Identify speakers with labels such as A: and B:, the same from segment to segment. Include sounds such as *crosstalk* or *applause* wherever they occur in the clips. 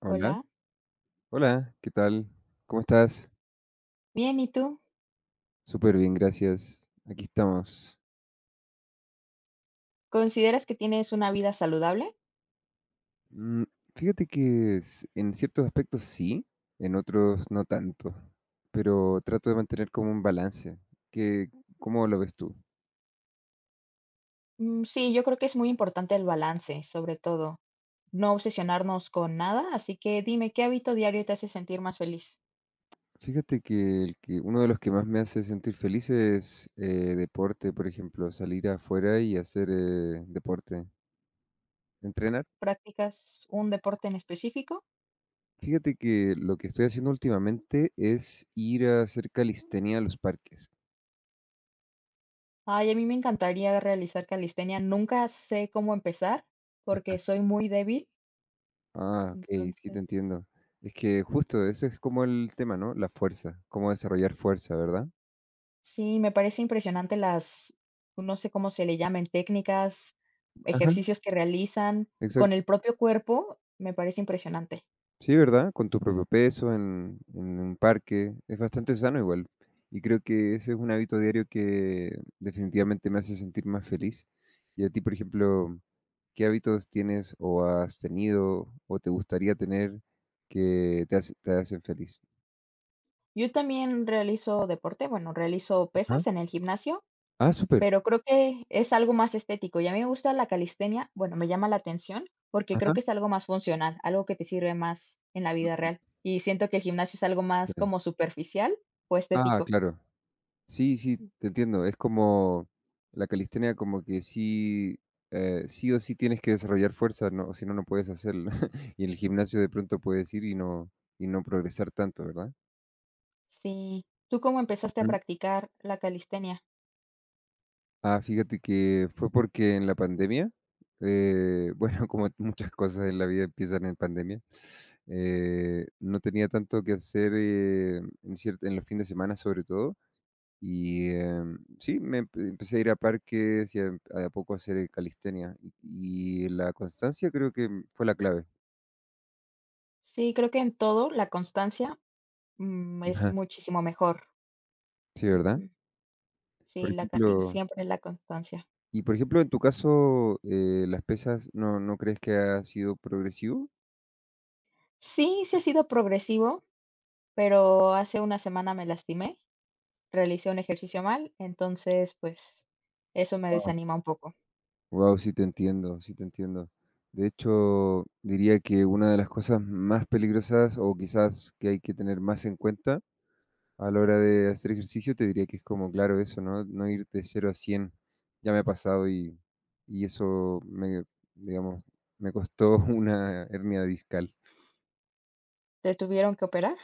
A: Hola,
B: Hola,
A: hola, ¿qué tal? ¿Cómo estás?
B: bien, ¿y tú?
A: Súper bien, gracias. Aquí estamos.
B: ¿Consideras que tienes una vida saludable?
A: Mm, Fíjate que en ciertos aspectos sí, en otros no tanto, pero trato de mantener como un balance. ¿Qué, cómo lo ves tú?
B: Mm, sí, yo creo que es muy importante el balance, sobre todo, no obsesionarnos con nada, así que dime, ¿qué hábito diario te hace sentir más feliz?
A: Fíjate que, el que uno de los que más me hace sentir feliz es deporte, por ejemplo, salir afuera y hacer deporte, entrenar.
B: ¿Practicas un deporte en específico?
A: Fíjate que lo que estoy haciendo últimamente es ir a hacer calistenia a los parques.
B: Ay, a mí me encantaría realizar calistenia, nunca sé cómo empezar porque soy muy débil,
A: Ah, ok, sí te
B: entonces,
A: entiendo. Es que justo ese es como el tema, ¿no? La fuerza, cómo desarrollar fuerza, ¿verdad?
B: sí, me parece impresionante las, no sé cómo se le llaman, técnicas,
A: Ajá,
B: ejercicios que realizan con
A: exacto.
B: el propio cuerpo, me parece impresionante.
A: Sí, ¿verdad? Con tu propio peso en, un parque. Es bastante sano igual. Y creo que ese es un hábito diario que definitivamente me hace sentir más feliz. Y a ti, por ejemplo, ¿qué hábitos tienes o has tenido o te gustaría tener que te hacen feliz?
B: Yo también realizo deporte, bueno, realizo
A: Ajá.
B: pesas en el gimnasio,
A: Ah, súper.
B: pero creo que es algo más estético y a mí me gusta la calistenia, bueno, me llama la atención porque creo
A: Ajá.
B: que es algo más funcional, algo que te sirve más en la vida real. Y siento que el gimnasio es algo más
A: Sí.
B: como superficial o
A: Ah,
B: estético.
A: claro. Sí, sí, te entiendo. Es como la calistenia, como que sí, sí o sí tienes que desarrollar fuerza, no, si no, no puedes hacerlo. *laughs* Y en el gimnasio de pronto puedes ir y no progresar tanto, ¿verdad?
B: Sí. ¿Tú cómo empezaste a
A: Ujú.
B: practicar la calistenia?
A: Ah, fíjate que fue porque en la pandemia, *laughs* bueno, como muchas cosas en la vida empiezan en pandemia, no tenía tanto que hacer en los fines de semana sobre todo. Y sí, empecé a ir a parques y a de a poco a hacer calistenia. Y la constancia creo que fue la clave.
B: Sí, creo que en todo la constancia, es
A: Ajá.
B: muchísimo mejor.
A: Sí, ¿verdad?
B: Ujú. Sí,
A: Por ejemplo,
B: siempre la constancia.
A: por ejemplo, en tu caso, las pesas, ¿no crees que ha sido progresivo?
B: Sí, sí ha sido progresivo. Pero hace una semana me lastimé, realicé un ejercicio mal, entonces, pues, eso me desanima un poco.
A: Wow, sí te entiendo, sí te entiendo. De hecho, diría que una de las cosas más peligrosas o quizás que hay que tener más en cuenta a la hora de hacer ejercicio, te diría que es como, claro, eso, ¿no? No ir de cero a cien. Ya me ha pasado y eso me, digamos, me costó *laughs* una hernia discal.
B: ¿Te tuvieron que operar?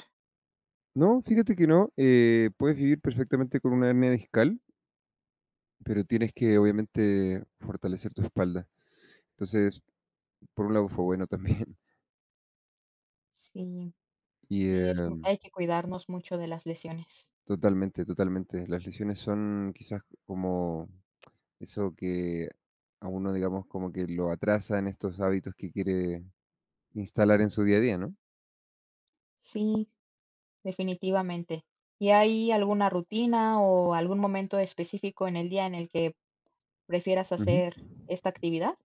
A: No, fíjate que no, puedes vivir perfectamente con una hernia discal, pero tienes que obviamente fortalecer tu espalda. Entonces, por un lado fue bueno también. *laughs*
B: Sí,
A: Y
B: sí,
A: eh,
B: es mu hay que cuidarnos mucho de las lesiones.
A: totalmente, totalmente. Las lesiones son quizás como eso que a uno, digamos, como que lo atrasa en estos hábitos que quiere instalar en su día a día, ¿no?
B: Sí, definitivamente. ¿Y hay alguna rutina o algún momento específico en el día en el que prefieras
A: Ujú.
B: hacer esta actividad?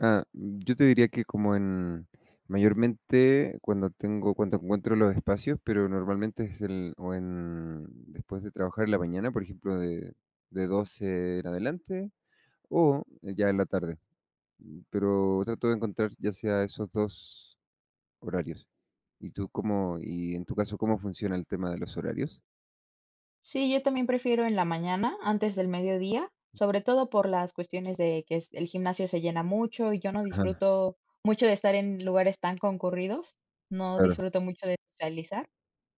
A: Ah, yo te diría que como en mayormente cuando encuentro los espacios, pero normalmente es el o en después de trabajar en la mañana, por ejemplo, de 12 en adelante o ya en la tarde. Pero trato de encontrar ya sea esos 2 horarios. ¿Y tú cómo y en tu caso, cómo funciona el tema de los horarios?
B: Sí, yo también prefiero en la mañana, antes del mediodía, sobre todo por las cuestiones de que el gimnasio se llena mucho y yo no
A: Ajá,
B: disfruto mucho de estar en lugares tan concurridos, no
A: claro,
B: disfruto mucho de socializar,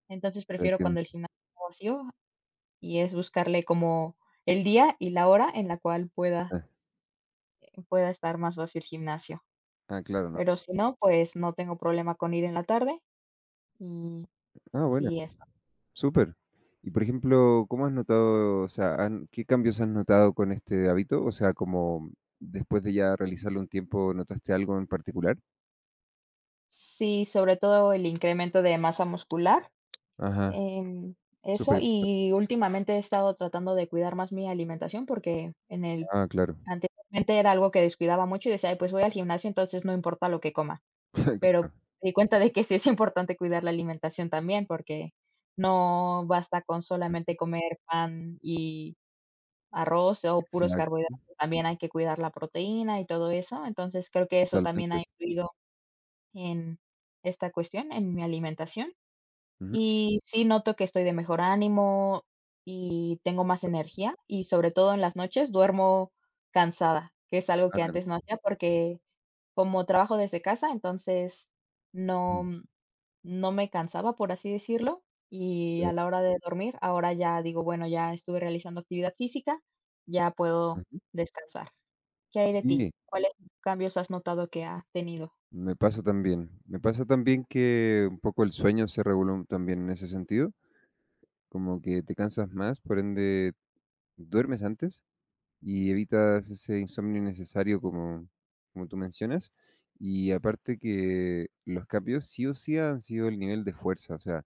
B: entonces
A: te
B: prefiero
A: entiendo.
B: cuando el gimnasio está vacío y es buscarle como el día y la hora en la cual pueda,
A: Ah,
B: pueda estar más vacío el gimnasio.
A: ah, claro, ¿no?
B: Pero si no, pues no tengo problema con ir en la tarde y
A: Ah, bueno.
B: sí, eso.
A: Súper. Y por ejemplo, ¿cómo has notado, o sea, qué cambios has notado con este hábito? O sea, como después de ya realizarlo un tiempo, ¿notaste algo en particular?
B: Sí, sobre todo el incremento de masa muscular.
A: Ajá,
B: Em, Eso,
A: súper importante.
B: y últimamente he estado tratando de cuidar más mi alimentación porque en el
A: Ah, claro.
B: anteriormente era algo que descuidaba mucho y decía: "Ay, pues voy al gimnasio, entonces no importa lo que coma".
A: *laughs* Claro.
B: Pero me di cuenta de que sí es importante cuidar la alimentación también, porque no basta con solamente
A: Ujú.
B: comer pan y arroz o puros
A: Exacto.
B: carbohidratos,
A: Ujú.
B: también hay que cuidar la proteína y todo eso. Entonces, creo que eso también ha
A: Totalmente.
B: influido en esta cuestión, en mi alimentación.
A: Ujú.
B: Y sí noto que estoy de mejor ánimo y tengo más energía, y sobre todo en las noches duermo cansada, que es algo
A: Ah,
B: que
A: claro.
B: antes no hacía porque como trabajo desde casa, entonces no
A: Mm,
B: no me cansaba, por así decirlo, y a
A: claro.
B: la hora de dormir, ahora ya digo: "Bueno, ya estuve realizando actividad física, ya puedo
A: Ujú.
B: descansar". ¿Qué hay de ti?
A: Sí,
B: ¿Cuáles cambios has notado que ha tenido?
A: me pasa también. Me pasa también que un poco el sueño se reguló también en ese sentido, como que te cansas más, por ende, duermes antes. Y evitas ese insomnio innecesario como, tú mencionas. Y aparte que los cambios sí o sí han sido el nivel de fuerza, o sea,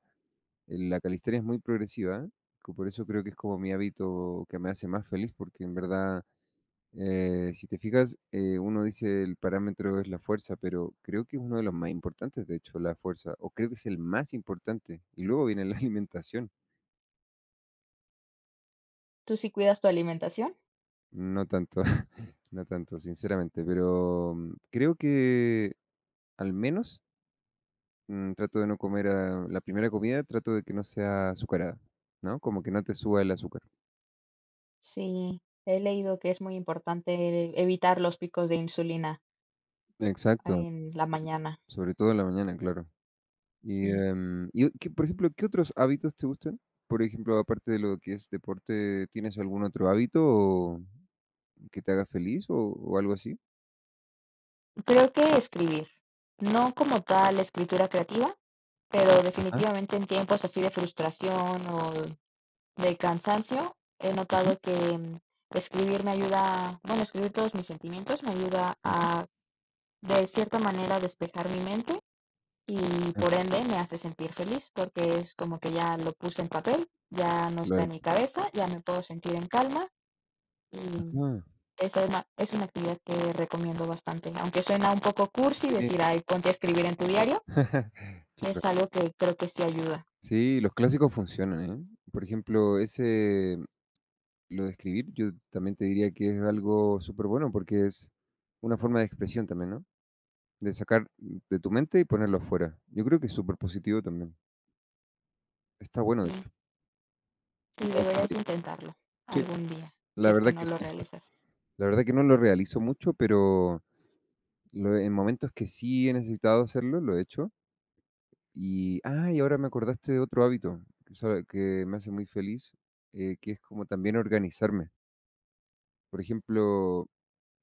A: la calistenia es muy progresiva, por eso creo que es como mi hábito que me hace más feliz, porque en verdad, si te fijas, uno dice el parámetro es la fuerza, pero creo que es uno de los más importantes, de hecho, la fuerza, o creo que es el más importante, y luego viene la *laughs* alimentación,
B: ¿Tú sí cuidas tu alimentación?
A: no tanto. *laughs* No tanto, sinceramente, pero creo que al menos, trato de no comer, la primera comida trato de que no sea azucarada, ¿no? Como que no te suba el azúcar.
B: Sí, he leído que es muy importante evitar los picos de insulina
A: Exacto,
B: en la mañana.
A: sobre todo en la mañana, claro. Y,
B: Sí,
A: em, y o- qué, por ejemplo, ¿qué otros hábitos te gustan? Por ejemplo, aparte de lo que es deporte, ¿tienes algún otro hábito o que te haga feliz o algo así?
B: creo que escribir, no como tal escritura creativa, pero
A: Ajá,
B: definitivamente en tiempos así de frustración o de cansancio, he
A: ujú,
B: notado que mm, escribir me ayuda, bueno, escribir todos mis sentimientos me ayuda
A: ujú,
B: a, de cierta manera, despejar mi mente y
A: ajá,
B: por ende me hace sentir feliz porque es como que ya lo puse en papel, ya no está en
A: claro,
B: mi cabeza, ya me puedo sentir en calma y
A: ajá,
B: esa es una actividad que recomiendo bastante. Aunque suena un poco cursi
A: sí,
B: decir, ay, ponte a escribir en tu diario,
A: *laughs* claro.
B: es algo que creo que sí ayuda.
A: Sí, los clásicos funcionan, ¿eh? Por ejemplo, ese Lo de escribir, yo también te diría que es algo súper bueno porque es una forma de expresión también, ¿no? De sacar de tu mente y ponerlo afuera. Yo creo que es súper positivo también. Está bueno,
B: Sí,
A: de hecho.
B: sí,
A: Lo
B: deberías
A: dejaría.
B: intentarlo
A: Sí,
B: algún día, si
A: la
B: es que
A: verdad
B: no
A: que
B: lo
A: sí.
B: realizas.
A: La verdad que no lo realizo mucho, pero en momentos que sí he necesitado hacerlo, lo he hecho. Y ahora me acordaste de otro hábito que me hace muy feliz, que es como también organizarme. Por ejemplo,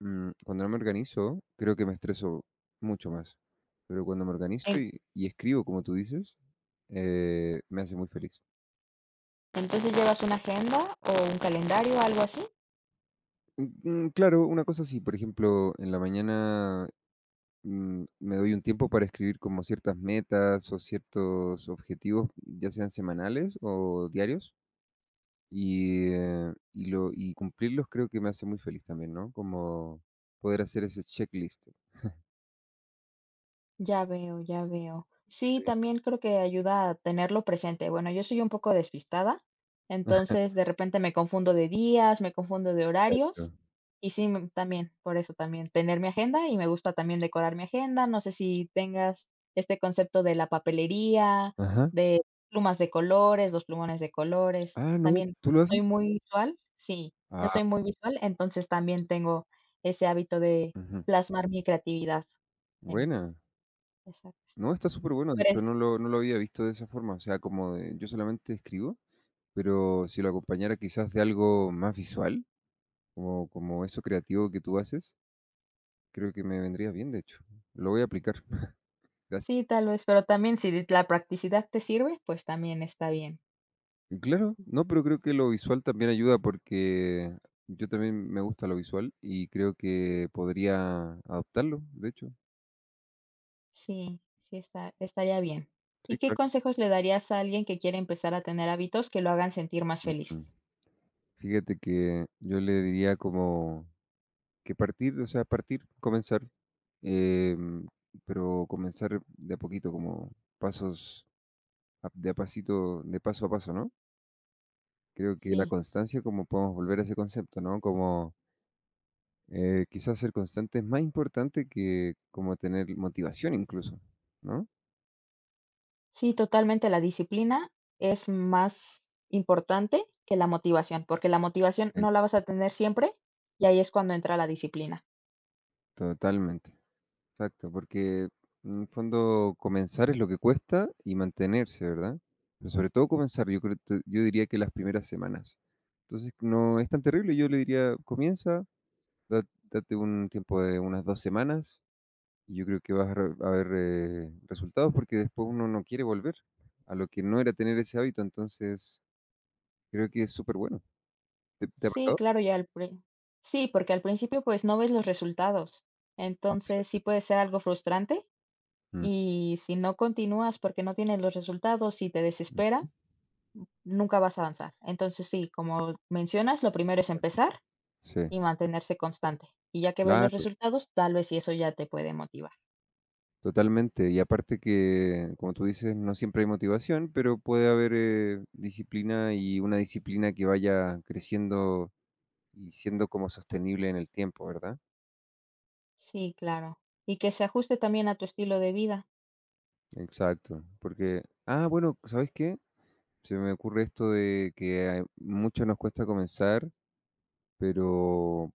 A: Cuando no me organizo, creo que me estreso mucho más. Pero cuando me organizo
B: En-
A: y escribo, como tú dices, me hace muy feliz.
B: entonces llevas una agenda o un calendario, algo así.
A: Mm, claro, una cosa sí, por ejemplo, en la mañana me doy un tiempo para escribir como ciertas metas o ciertos objetivos, ya sean semanales o diarios, y cumplirlos creo que me hace muy feliz también, ¿no? Como poder hacer ese checklist.
B: Ya veo, ya veo. Sí,
A: Sí.
B: también creo que ayuda a tenerlo presente. Bueno, yo soy un poco despistada,
A: *laughs*
B: entonces de repente me confundo de días, me confundo de horarios
A: Exacto.
B: y sí, también, por eso también, tener mi agenda y me gusta también decorar mi agenda. No sé si tengas este concepto de la papelería,
A: Ajá.
B: de plumas de colores, los plumones de colores.
A: Ah, no,
B: También
A: ¿tú
B: como
A: lo haces?
B: soy muy visual, sí, yo
A: Ah.
B: soy muy visual, entonces también tengo ese hábito de
A: Ujú.
B: plasmar mi creatividad en
A: Buena.
B: esa cuestión.
A: No, está súper bueno. De
B: Pero
A: hecho,
B: es
A: no lo, había visto de esa forma. O sea, como yo solamente escribo, pero si lo acompañara quizás de algo más visual, como eso creativo que tú haces, creo que me vendría bien, de hecho. Lo voy a aplicar. *laughs*
B: Sí,
A: Gracias.
B: tal vez, pero también si la practicidad te sirve, pues también está bien.
A: Y claro, no, pero creo que lo visual también ayuda porque yo también me gusta lo visual y creo que podría adoptarlo, de hecho.
B: Sí, sí está estaría bien. ¿Y
A: Sí,
B: qué
A: claro.
B: consejos le darías a alguien que quiere empezar a tener hábitos que lo hagan sentir más
A: Mm.
B: feliz?
A: Fíjate que yo le diría como que partir, o sea, partir, comenzar, em, pero comenzar de a poquito, como pasos, de a pasito, de paso a paso, ¿no? Creo que la
B: Sí,
A: constancia, como podemos volver a ese concepto, ¿no? Como quizás ser constante es más importante que como tener motivación incluso, ¿no?
B: sí, totalmente, la disciplina es más importante que la motivación, porque la motivación no la vas
A: Exacto.
B: a tener siempre, y ahí es cuando entra la disciplina.
A: Totalmente. Exacto, porque en el fondo comenzar es lo que cuesta y mantenerse, ¿verdad? Pero sobre todo comenzar, yo creo, yo diría que las primeras semanas. Entonces no es tan terrible, yo le diría, comienza, da- date un tiempo de unas 2 semanas y yo creo que vas a ver resultados porque después uno no quiere volver a lo que no era tener ese hábito, entonces creo que es súper bueno. ¿Te ha
B: Sí,
A: pasado?
B: claro, ya al pri sí, porque al principio, pues, no ves los resultados, entonces sí puede ser algo frustrante.
A: Mm,
B: Y si no continúas porque no tienes los resultados y te
A: mm.
B: desespera, nunca vas a avanzar. Entonces, sí, como mencionas, lo primero es empezar
A: Sí,
B: y mantenerse constante. Y ya que ves los
A: claro.
B: resultados, tal vez si eso ya te puede motivar.
A: Totalmente, y aparte que, como tú dices, no siempre hay motivación, pero puede haber disciplina y una disciplina que vaya creciendo y siendo como sostenible en el tiempo, ¿verdad?
B: Sí, claro. Y que se ajuste también a tu estilo de vida.
A: Exacto, porque, ah, bueno, ¿sabes qué? Se me ocurre esto de que a mucho nos cuesta comenzar, pero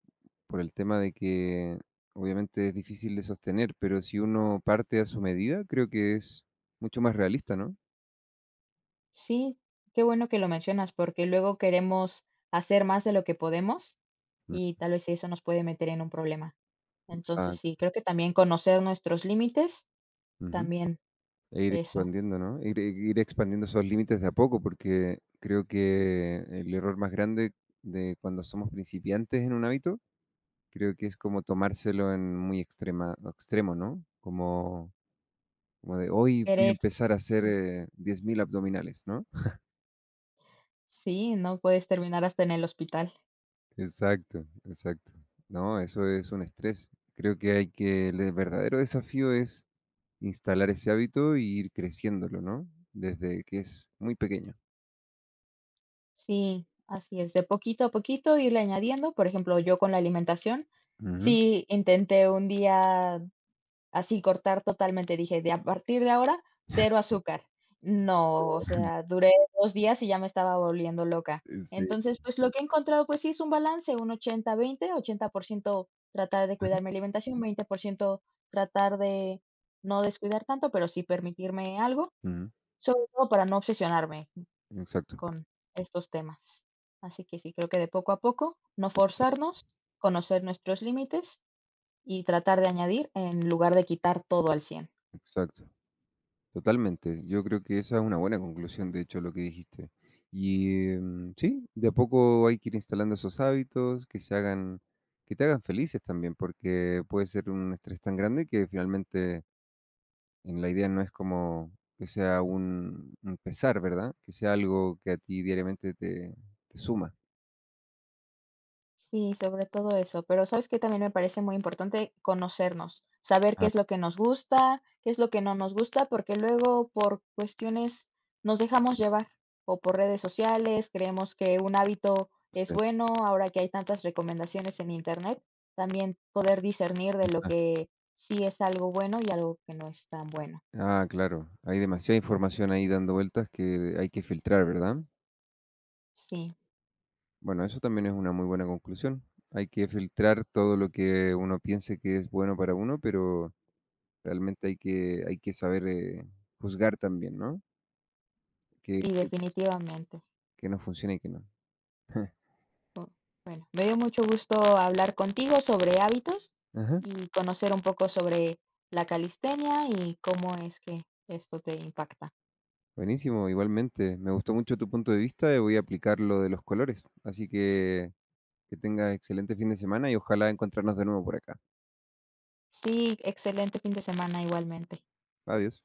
A: por el tema de que obviamente es difícil de sostener, pero si uno parte a su medida, creo que es mucho más realista, ¿no?
B: Sí, qué bueno que lo mencionas, porque luego queremos hacer más de lo que podemos
A: Mm,
B: y tal vez eso nos puede meter en un problema. Entonces,
A: Exacto.
B: sí, creo que también conocer nuestros límites,
A: Ujú.
B: también
A: E ir
B: eso.
A: expandiendo, ¿no? Ir expandiendo esos límites de a poco, porque creo que el error más grande de cuando somos principiantes en un hábito, creo que es como tomárselo en muy extremo, ¿no? como, de hoy voy a
B: Querer,
A: empezar a hacer
B: sí.
A: 10.000 abdominales, ¿no?
B: Sí, no puedes terminar hasta en el hospital.
A: Exacto, exacto. No, eso es un estrés. Creo que el verdadero desafío es instalar ese hábito y ir creciéndolo, ¿no? Desde que es muy pequeño.
B: Sí, así es, de poquito a poquito irle añadiendo, por ejemplo, yo con la alimentación,
A: Ujú.
B: sí intenté un día así cortar totalmente, dije, de a partir de ahora, cero
A: Sí.
B: azúcar. No, o sea, duré 2 días y ya me estaba volviendo loca.
A: Sí.
B: Entonces, pues, lo que he encontrado, pues sí, es un balance, un 80, 20, 80% tratar de cuidar mi alimentación, 20% tratar de no descuidar tanto, pero sí permitirme algo,
A: Ujú,
B: sobre todo para no obsesionarme
A: exacto,
B: con estos temas. Así que sí, creo que de poco a poco, no
A: exacto,
B: forzarnos, conocer nuestros límites y tratar de añadir en lugar de quitar todo al 100.
A: exacto, totalmente. Yo creo que esa es una buena conclusión, de hecho, lo que dijiste. Y sí, de a poco hay que ir instalando esos hábitos que se hagan, que te hagan felices también, porque puede ser un estrés tan grande que finalmente en la idea no es como que sea un pesar, ¿verdad? Que sea algo que a ti diariamente te suma.
B: Sí, sobre todo eso. Pero, ¿sabes que también me parece muy importante conocernos, saber qué
A: Ah,
B: es lo que nos gusta, qué es lo que no nos gusta, porque luego por cuestiones nos dejamos llevar o por redes sociales, creemos que un hábito es
A: sí,
B: bueno, ahora que hay tantas recomendaciones en Internet, también poder discernir de lo
A: ah,
B: que sí es algo bueno y algo que no es tan bueno?
A: ah, claro, hay demasiada información ahí dando vueltas que hay que filtrar, ¿verdad?
B: Sí,
A: Bueno, eso también es una muy buena conclusión. Hay que filtrar todo lo que uno piense que es bueno para uno, pero realmente hay que saber juzgar también, ¿no? Que,
B: sí,
A: que,
B: definitivamente.
A: que nos funciona y que no. *laughs*
B: Bu- Bueno, me dio mucho gusto hablar contigo sobre hábitos
A: Ajá,
B: y conocer un poco sobre la calistenia y cómo es que esto te impacta.
A: buenísimo, igualmente. Me gustó mucho tu punto de vista y voy a aplicar lo de los colores. Así que tengas excelente fin de semana y ojalá encontrarnos de nuevo por acá.
B: Sí, excelente fin de semana igualmente.
A: Adiós.